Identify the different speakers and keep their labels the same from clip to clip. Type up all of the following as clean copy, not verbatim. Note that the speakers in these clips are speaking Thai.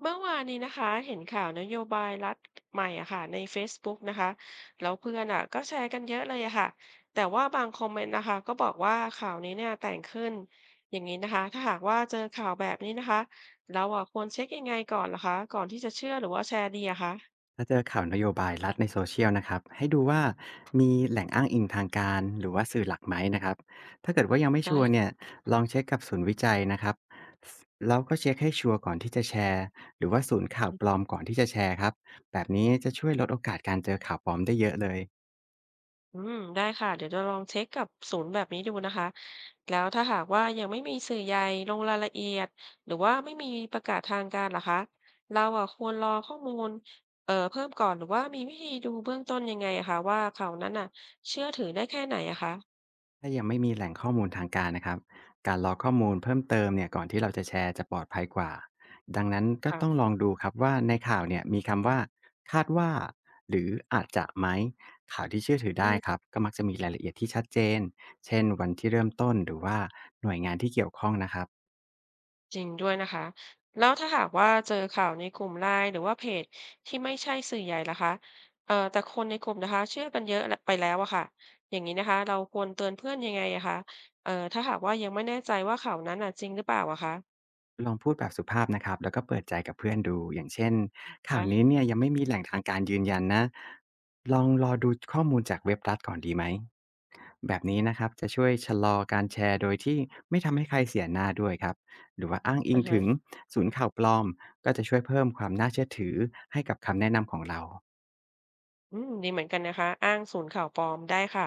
Speaker 1: เมื่อวานนี้นะคะเห็นข่าวนโยบายรัฐใหม่อะค่ะใน Facebook นะคะแล้วเพื่อนอะก็แชร์กันเยอะเลยอะค่ะแต่ว่าบางคอมเมนต์นะคะก็บอกว่าข่าวนี้เนี่ยแต่งขึ้นอย่างนี้นะคะถ้าหากว่าเจอข่าวแบบนี้นะคะเราอะควรเช็คยังไงก่อนล่ะคะก่อนที่จะเชื่อหรือว่าแชร์ดีอะคะ
Speaker 2: ถ้าเจอข่าวนโยบายรัฐในโซเชียลนะครับให้ดูว่ามีแหล่งอ้างอิงทางการหรือว่าสื่อหลักไหมนะครับถ้าเกิดว่ายังไม่ชัวร์
Speaker 1: ได้
Speaker 2: เนี่ยลองเช็คกับศูนย์วิจัยนะครับแล้วก็เช็คให้ชัวร์ก่อนที่จะแชร์หรือว่าศูนย์ข่าวปลอมก่อนที่จะแชร์ครับแบบนี้จะช่วยลดโอกาสการเจอข่าวปลอมได้เยอะเลย
Speaker 1: อืมได้ค่ะเดี๋ยวจะลองเช็คกับศูนย์แบบนี้ดูนะคะแล้วถ้าหากว่ายังไม่มีสื่อใหญ่ลงรายละเอียดหรือว่าไม่มีประกาศทางการล่ะคะเราอ่ะควรรอข้อมูลเพิ่มก่อนหรือว่ามีวิธีดูเบื้องต้นยังไงอะคะว่าข่าวนั้นน่ะเชื่อถือได้แค่ไหนอะคะ
Speaker 2: ถ้ายังไม่มีแหล่งข้อมูลทางการนะครับการรอข้อมูลเพิ่มเติมเนี่ยก่อนที่เราจะแชร์จะปลอดภัยกว่าดังนั้นก็
Speaker 1: ค่ะ
Speaker 2: ต้องลองดูครับว่าในข่าวเนี่ยมีคำว่าคาดว่าหรืออาจจะไหมข่าวที่เชื่อถือได้ครับก็มักจะมีรายละเอียดที่ชัดเจนเช่นวันที่เริ่มต้นหรือว่าหน่วยงานที่เกี่ยวข้องนะครับ
Speaker 1: จริงด้วยนะคะแล้วถ้าหากว่าเจอข่าวในกลุ่มไลน์หรือว่าเพจที่ไม่ใช่สื่อใหญ่ล่ะคะแต่คนในกลุ่มนะคะเชื่อกันเยอะและไปแล้วอะค่ะอย่างนี้นะคะเราควรเตือนเพื่อนยังไงอะคะถ้าหากว่ายังไม่แน่ใจว่าข่าวนั้นอะจริงหรือเปล่าอะคะ
Speaker 2: ลองพูดแบบสุภาพนะครับแล้วก็เปิดใจกับเพื่อนดูอย่างเช่น
Speaker 1: อ่
Speaker 2: ข่าวนี้
Speaker 1: ะ
Speaker 2: เนี่ยยังไม่มีแหล่งทางการยืนยันนะลองรอดูข้อมูลจากเว็บรัฐก่อนดีไหมแบบนี้นะครับจะช่วยชะลอการแชร์โดยที่ไม่ทำให้ใครเสียหน้าด้วยครับหรือว่าอ้างอิ
Speaker 1: อ่า
Speaker 2: ง
Speaker 1: ฮะ
Speaker 2: ถึงศูนย์ข่าวปลอมก็จะช่วยเพิ่มความน่าเชื่อถือให้กับคำแนะนำของเรา
Speaker 1: อืมดีเหมือนกันนะคะอ้างศูนย์ข่าวปลอมได้ค่ะ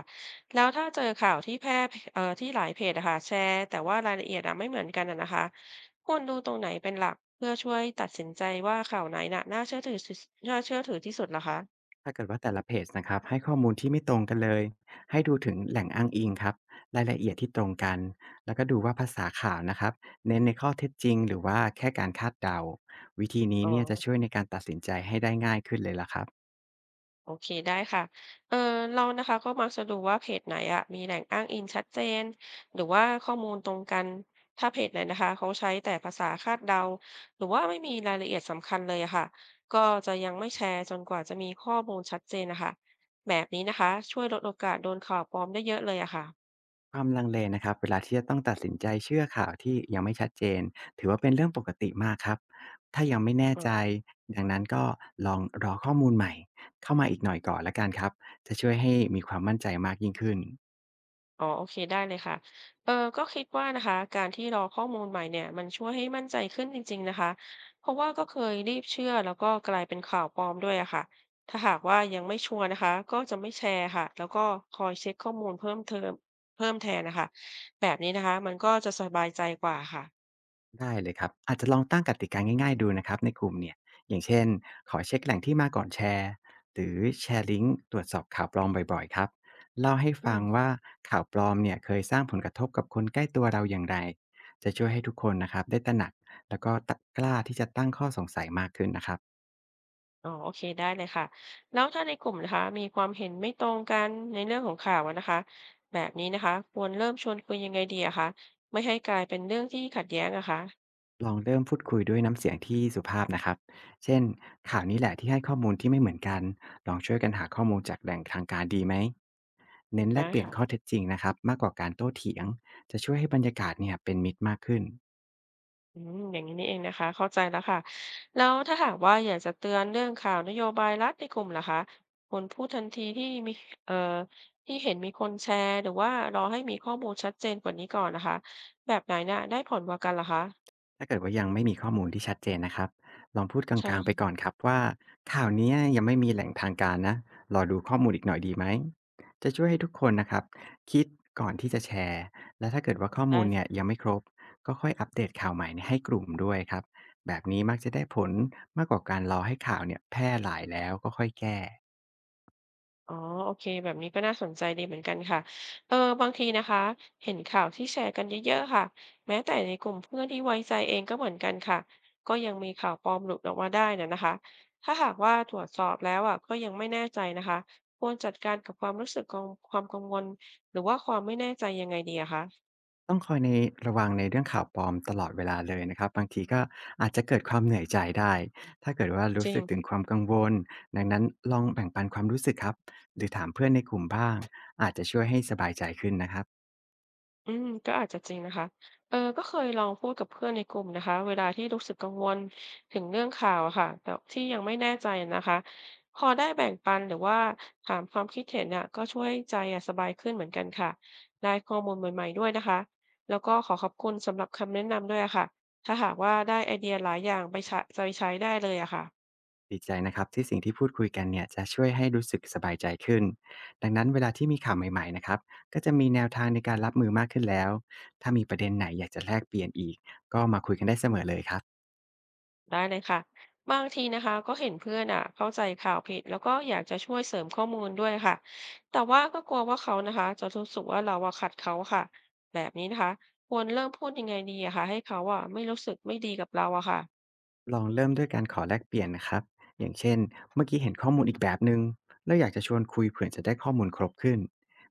Speaker 1: แล้วถ้าเจอข่าวที่แพร่ที่หลายเพจนะค่ะแชร์แต่ว่ารายละเอียดอะไม่เหมือนกันอะนะคะควรดูตรงไหนเป็นหลักเพื่อช่วยตัดสินใจว่าข่าวไหนน่ะน่าเชื่อถือที่สุดเหรอคะ
Speaker 2: ถ้าเกิดว่าแต่ละเพจนะครับให้ข้อมูลที่ไม่ตรงกันเลยให้ดูถึงแหล่งอ้างอิงครับรายละเอียดที่ตรงกันแล้วก็ดูว่าภาษาข่าวนะครับเน้นในข้อเท็จจริงหรือว่าแค่การคาดเดาวิธีนี้
Speaker 1: อ๋อ
Speaker 2: เนี่ยจะช่วยในการตัดสินใจให้ได้ง่ายขึ้นเลยล่ะครับ
Speaker 1: โอเคได้ค่ะเออเรานะคะก็มักจะดูว่าเพจไหนอะมีแหล่งอ้างอิงชัดเจนหรือว่าข้อมูลตรงกันถ้าเพจไหนนะคะเขาใช้แต่ภาษาคาดเดาหรือว่าไม่มีรายละเอียดสำคัญเลยอะค่ะก็จะยังไม่แชร์จนกว่าจะมีข้อมูลชัดเจนนะคะแบบนี้นะคะช่วยลดโอกาสโดนข่าวปลอมได้เยอะเลยอะค่ะ
Speaker 2: ความลังเลนะครับเวลาที่จะต้องตัดสินใจเชื่อข่าวที่ยังไม่ชัดเจนถือว่าเป็นเรื่องปกติมากครับถ้ายังไม่แน่ใจดังนั้นก็ลองรอข้อมูลใหม่เข้ามาอีกหน่อยก่อนละกันครับจะช่วยให้มีความมั่นใจมากยิ่งขึ้น
Speaker 1: อ๋อโอเคได้เลยค่ะเออก็คิดว่านะคะการที่รอข้อมูลใหม่เนี่ยมันช่วยให้มั่นใจขึ้นจริงๆนะคะเพราะว่าก็เคยรีบเชื่อแล้วก็กลายเป็นข่าวปลอมด้วยอะค่ะถ้าหากว่ายังไม่ชัวร์นะคะก็จะไม่แชร์ค่ะแล้วก็คอยเช็คข้อมูลเพิ่มเติมเพิ่มแทนนะคะแบบนี้นะคะมันก็จะสบายใจกว่าค่ะ
Speaker 2: ได้เลยครับอาจจะลองตั้งกติกาง่ายๆดูนะครับในกลุ่มเนี่ยอย่างเช่นขอเช็คแหล่งที่มาก่อนแชร์หรือแชร์ลิงก์ตรวจสอบข่าวปลอมบ่อยๆครับเล่าให้
Speaker 1: อื
Speaker 2: ฟัง
Speaker 1: ม
Speaker 2: ว่าข่าวปลอมเนี่ยเคยสร้างผลกระทบกับคนใกล้ตัวเราอย่างไรจะช่วยให้ทุกคนนะครับได้ตระหนักแล้วก็กล้าที่จะตั้งข้อสงสัยมากขึ้นนะครับ
Speaker 1: อ๋อโอเคได้เลยค่ะแล้วถ้าในกลุ่มนะคะมีความเห็นไม่ตรงกันในเรื่องของข่าวอะนะคะแบบนี้นะคะควรเริ่มชวนคุยยังไงดีอะคะไม่ให้กลายเป็นเรื่องที่ขัดแย้งอะคะ
Speaker 2: ลองเริ่มพูดคุยด้วยน้ำเสียงที่สุภาพนะครับ เช่นข่าวนี้แหละที่ให้ข้อมูลที่ไม่เหมือนกัน ลองช่วยกันหาข้อมูลจากแหล่งทางการดีไหม เน้นแล
Speaker 1: ได้
Speaker 2: กเปลี่ยนข้อ
Speaker 1: ค่ะ
Speaker 2: เท็จจริงนะครับมากกว่าการโต้เถียง จะช่วยให้บรรยากาศเนี่ยเป็นมิตรมากขึ้น
Speaker 1: อืมอย่างนี้นี่เองนะคะเข้าใจแล้วค่ะแล้วถ้าหากว่าอยากจะเตือนเรื่องข่าวนโยบายรัฐในกลุ่มล่ะคะควรพูดทันทีที่มีเอ่อที่เห็นมีคนแชร์หรือว่ารอให้มีข้อมูลชัดเจนกว่านี้ก่อนนะคะแบบไหนน่ะได้ผลกว่ากันล่ะคะ
Speaker 2: ถ้าเกิดว่ายังไม่มีข้อมูลที่ชัดเจนนะครับลองพูดกลา
Speaker 1: ใช่
Speaker 2: งๆไปก่
Speaker 1: ค่ะ
Speaker 2: อนครับว่าข่าวเนี้ยยังไม่มีแหล่งทางการนะรอดูข้อมูลอีกหน่อยดีไหมจะช่วยให้ทุกคนนะครับคิดก่อนที่จะแชร์และถ้าเกิดว่าข้อมู
Speaker 1: ได้
Speaker 2: ลเนี่ยยังไม่ครบก็ค่อยอัปเดตข่าวใหม่ให้กลุ่มด้วยครับแบบนี้มักจะได้ผลมากกว่าการรอให้ข่าวเนี่ยแพร่หลายแล้วก็ค่อยแก้
Speaker 1: อ๋อโอเคแบบนี้ก็น่าสนใจดีเหมือนกันค่ะ เออ บางทีนะคะเห็นข่าวที่แชร์กันเยอะๆค่ะแม้แต่ในกลุ่มเพื่อนที่ไว้ใจเองก็เหมือนกันค่ะ ก็ยังมีข่าวปลอมหลุดออกมาได้นะคะถ้าหากว่าตรวจสอบแล้วอ่ะก็ยังไม่แน่ใจนะคะควรจัดการกับความรู้สึกของความกังวลหรือว่าความไม่แน่ใจยังไงดีอะคะ
Speaker 2: ต้องคอยในระวังในเรื่องข่าวปลอมตลอดเวลาเลยนะครับบางทีก็อาจจะเกิดความเหนื่อยใจได้ถ้าเกิดว่า
Speaker 1: จ
Speaker 2: รู้
Speaker 1: ริง
Speaker 2: สึกถึงความกังวลดังนั้นลองแบ่งปันความรู้สึกครับหรือถามเพื่อนในกลุ่มบ้างอาจจะช่วยให้สบายใจขึ้นนะครับ
Speaker 1: อืมก็อาจจะจริงนะคะเออก็เคยลองพูดกับเพื่อนในกลุ่มนะคะเวลาที่รู้สึกกังวลถึงเรื่องข่าวอะค่ะแต่ที่ยังไม่แน่ใจนะคะพอได้แบ่งปันหรือว่าถามความคิดเห็นเนี่ยก็ช่วยใจอะสบายขึ้นเหมือนกันค่ะได้ข้อมูลใหม่ๆด้วยนะคะแล้วก็ขอขอบคุณสำหรับคำแนะนำด้วยอะค่ะถ้าหากว่าได้ไอเดียหลายอย่างไปใช้ได้เลยอะค่ะ
Speaker 2: ดีใจนะครับที่สิ่งที่พูดคุยกันเนี่ยจะช่วยให้รู้สึกสบายใจขึ้นดังนั้นเวลาที่มีข่าวใหม่ๆนะครับก็จะมีแนวทางในการรับมือมากขึ้นแล้วถ้ามีประเด็นไหนอยากจะแลกเปลี่ยนอีก
Speaker 1: ได้เลยค่ะบางทีนะคะก็เห็นเพื่อนอ่ะเข้าใจข่าวผิดแล้วก็อยากจะช่วยเสริมข้อมูลด้วยค่ะแต่ว่าก็กลัวว่าเขานะคะจะรู้สึกว่าเราอะขัดเขาค่ะแบบนี้นะคะควรเริ่มพูดยังไงดีอะค่ะให้เขาอะไม่รู้สึกไม่ดีกับเราอะค่ะ
Speaker 2: ลองเริ่มด้วยการขอแลกเปลี่ยนนะครับอย่างเช่นเมื่อกี้เห็นข้อมูลอีกแบบหนึง่งแล้วอยากจะชวนคุยเผื่อจะได้ข้อมูลครบขึ้น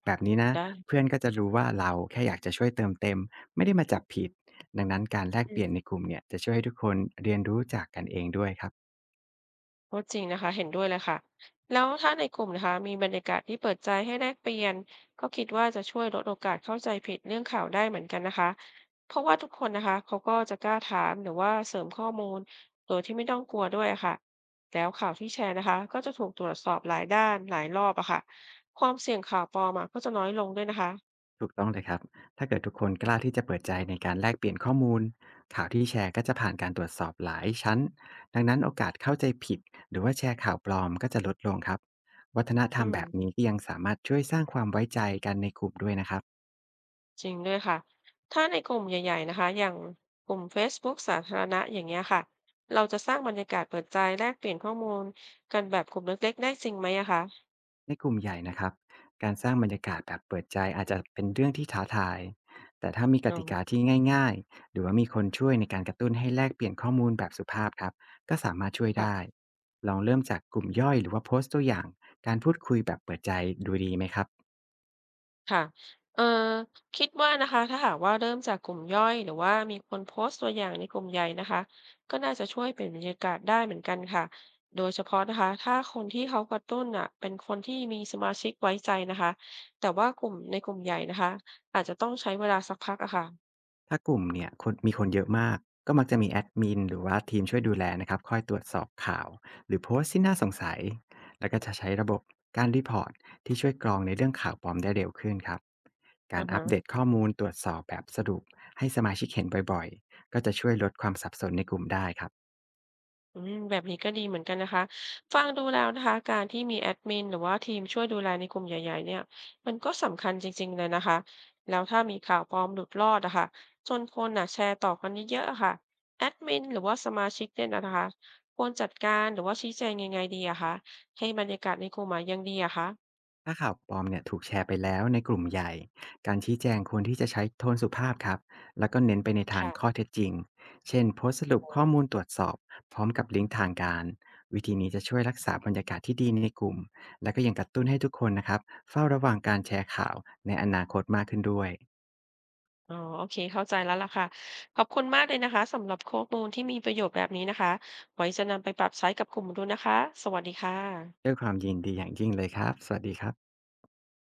Speaker 2: แบบนี้นะ
Speaker 1: ได้
Speaker 2: เพื่อนก็จะรู้ว่าเราแค่อยากจะช่วยเติมเต็มไม่ได้มาจับผิดดังนั้นการแลกเปลี่ยนในกลุ่มเนี่ยจะช่วยให้ทุกคนเรียนรู้จากกันเองด้วยครับ
Speaker 1: ก็จริงนะคะเห็นด้วยเลยค่ะแล้วถ้าในกลุ่มนะคะมีบรรยากาศที่เปิดใจให้แลกเปลี่ยนก็คิดว่าจะช่วยลดโอกาสเข้าใจผิดเรื่องข่าวได้เหมือนกันนะคะเพราะว่าทุกคนนะคะเขาก็จะกล้าถามหรือว่าเสริมข้อมูลโดยที่ไม่ต้องกลัวด้วยอะค่ะแล้วข่าวที่แชร์นะคะก็จะถูกตรวจสอบหลายด้านหลายรอบอะค่ะความเสี่ยงข่าวปลอมอะก็จะน้อยลงด้วยนะคะ
Speaker 2: ถูกต้องเลยครับ ถ้าเกิดทุกคนกล้าที่จะเปิดใจในการแลกเปลี่ยนข้อมูลข่าวที่แชร์ก็จะผ่านการตรวจสอบหลายชั้น ดังนั้นโอกาสเข้าใจผิดหรือว่าแชร์ข่าวปลอมก็จะลดลงครับ วัฒนธร
Speaker 1: อื
Speaker 2: รม
Speaker 1: ม
Speaker 2: แบบนี้ก็ยังสามารถช่วยสร้างความไว้ใจกันในกลุ่มด้วยนะครับ
Speaker 1: จริงด้วยค่ะถ้าในกลุ่มใหญ่ๆนะคะอย่างกลุ่มเ a ซบุ๊กสาธารณะอย่างเงี้ยค่ะเราจะสร้างบรรยากาศเปิดใจแลกเปลี่ยนข้อมูลกันแบบกลุ่มเล็กๆได้จริงไหมอะคะ
Speaker 2: ในกลุ่มใหญ่นะครับการสร้างบรรยากาศแบบเปิดใจอาจจะเป็นเรื่องที่ท้าทายแต่ถ้ามีก
Speaker 1: อ๋อ
Speaker 2: ติกาที่ง่ายๆหรือว่ามีคนช่วยในการกระตุ้นให้แลกเปลี่ยนข้อมูลแบบสุภาพครับก็สามารถช่วยได้
Speaker 1: ค่ะ
Speaker 2: ลองเริ่มจากกลุ่มย่อยหรือว่าโพสต์ตัวอย่างการพูดคุยแบบเปิดใจดูดีไหมครับ
Speaker 1: ค่ะเอ่อคิดว่านะคะถ้าหากว่าเริ่มจากกลุ่มย่อยหรือว่ามีคนโพสต์ตัวอย่างในกลุ่มใหญ่นะคะก็น่าจะช่วยเปลี่ยนบรรยากาศได้เหมือนกันค่ะโดยเฉพาะนะคะถ้าคนที่เขากระตุ้นอ่ะเป็นคนที่มีสมาชิกไว้ใจนะคะแต่ว่ากลุ่มใหญ่นะคะอาจจะต้องใช้เวลาสักพักอะค่ะ
Speaker 2: ถ้ากลุ่มเนี่ยมีคนเยอะมากก็มักจะมีแอดมินหรือว่าทีมช่วยดูแลนะครับคอยตรวจสอบข่าวหรือโพสต์ที่น่าสงสัยแล้วก็จะใช้ระบบการรีพอร์ตที่ช่วยกรองในเรื่องข่าวปลอมได้เร็วขึ้นครับ
Speaker 1: อ
Speaker 2: การ
Speaker 1: อ
Speaker 2: อัปเดต
Speaker 1: ฮะ
Speaker 2: ข้อมูลตรวจสอบแบบสรุปให้สมาชิกเห็นบ่อยๆก็จะช่วยลดความสับสนในกลุ่มได้ครับ
Speaker 1: อืมแบบนี้ก็ดีเหมือนกันนะคะฟังดูแล้วนะคะการที่มีแอดมินหรือว่าทีมช่วยดูแลในกลุ่มใหญ่ๆเนี่ยมันก็สำคัญจริงๆเลยนะคะ แล้วถ้ามีข่าวปลอมหลุดรอดอะค่ะจนคนน่ะแชร์ต่อกันเยอะๆอะค่ะแอดมินหรือว่าสมาชิกเนี่ยนะคะ ควรจัดการหรือว่าชี้แจงยังไงดีอะคะ ให้บรรยากาศในกลุ่มอะยังดีอะคะ
Speaker 2: ถ้าข่าวปลอมเนี่ยถูกแชร์ไปแล้วในกลุ่มใหญ่ การชี้แจงควรที่จะใช้โทนสุภาพครับ แล้วก็เน้นไปในทางข้
Speaker 1: ค่ะ
Speaker 2: อเท็จจริง เช่นโพสต์สรุป
Speaker 1: อ๋อ
Speaker 2: ข้อมูลตรวจสอบพร้อมกับลิงก์ทางการ วิธีนี้จะช่วยรักษาบรรยากาศที่ดีในกลุ่ม และก็ยังกระตุ้นให้ทุกคนนะครับเฝ้าระวังการแชร์ข่าวในอนาคตมากขึ้นด้วย
Speaker 1: อ๋อโอเคเข้าใจแล้วล่ะค่ะขอบคุณมากเลยนะคะสำหรับข้อมูลที่มีประโยชน์แบบนี้นะคะไว้จะนำไปปรับใช้กับกลุ่มดูนะคะสวัสดีค่ะ
Speaker 2: ด้วยความยินดีอย่างยิ่งเลยครับสวัสดีครับ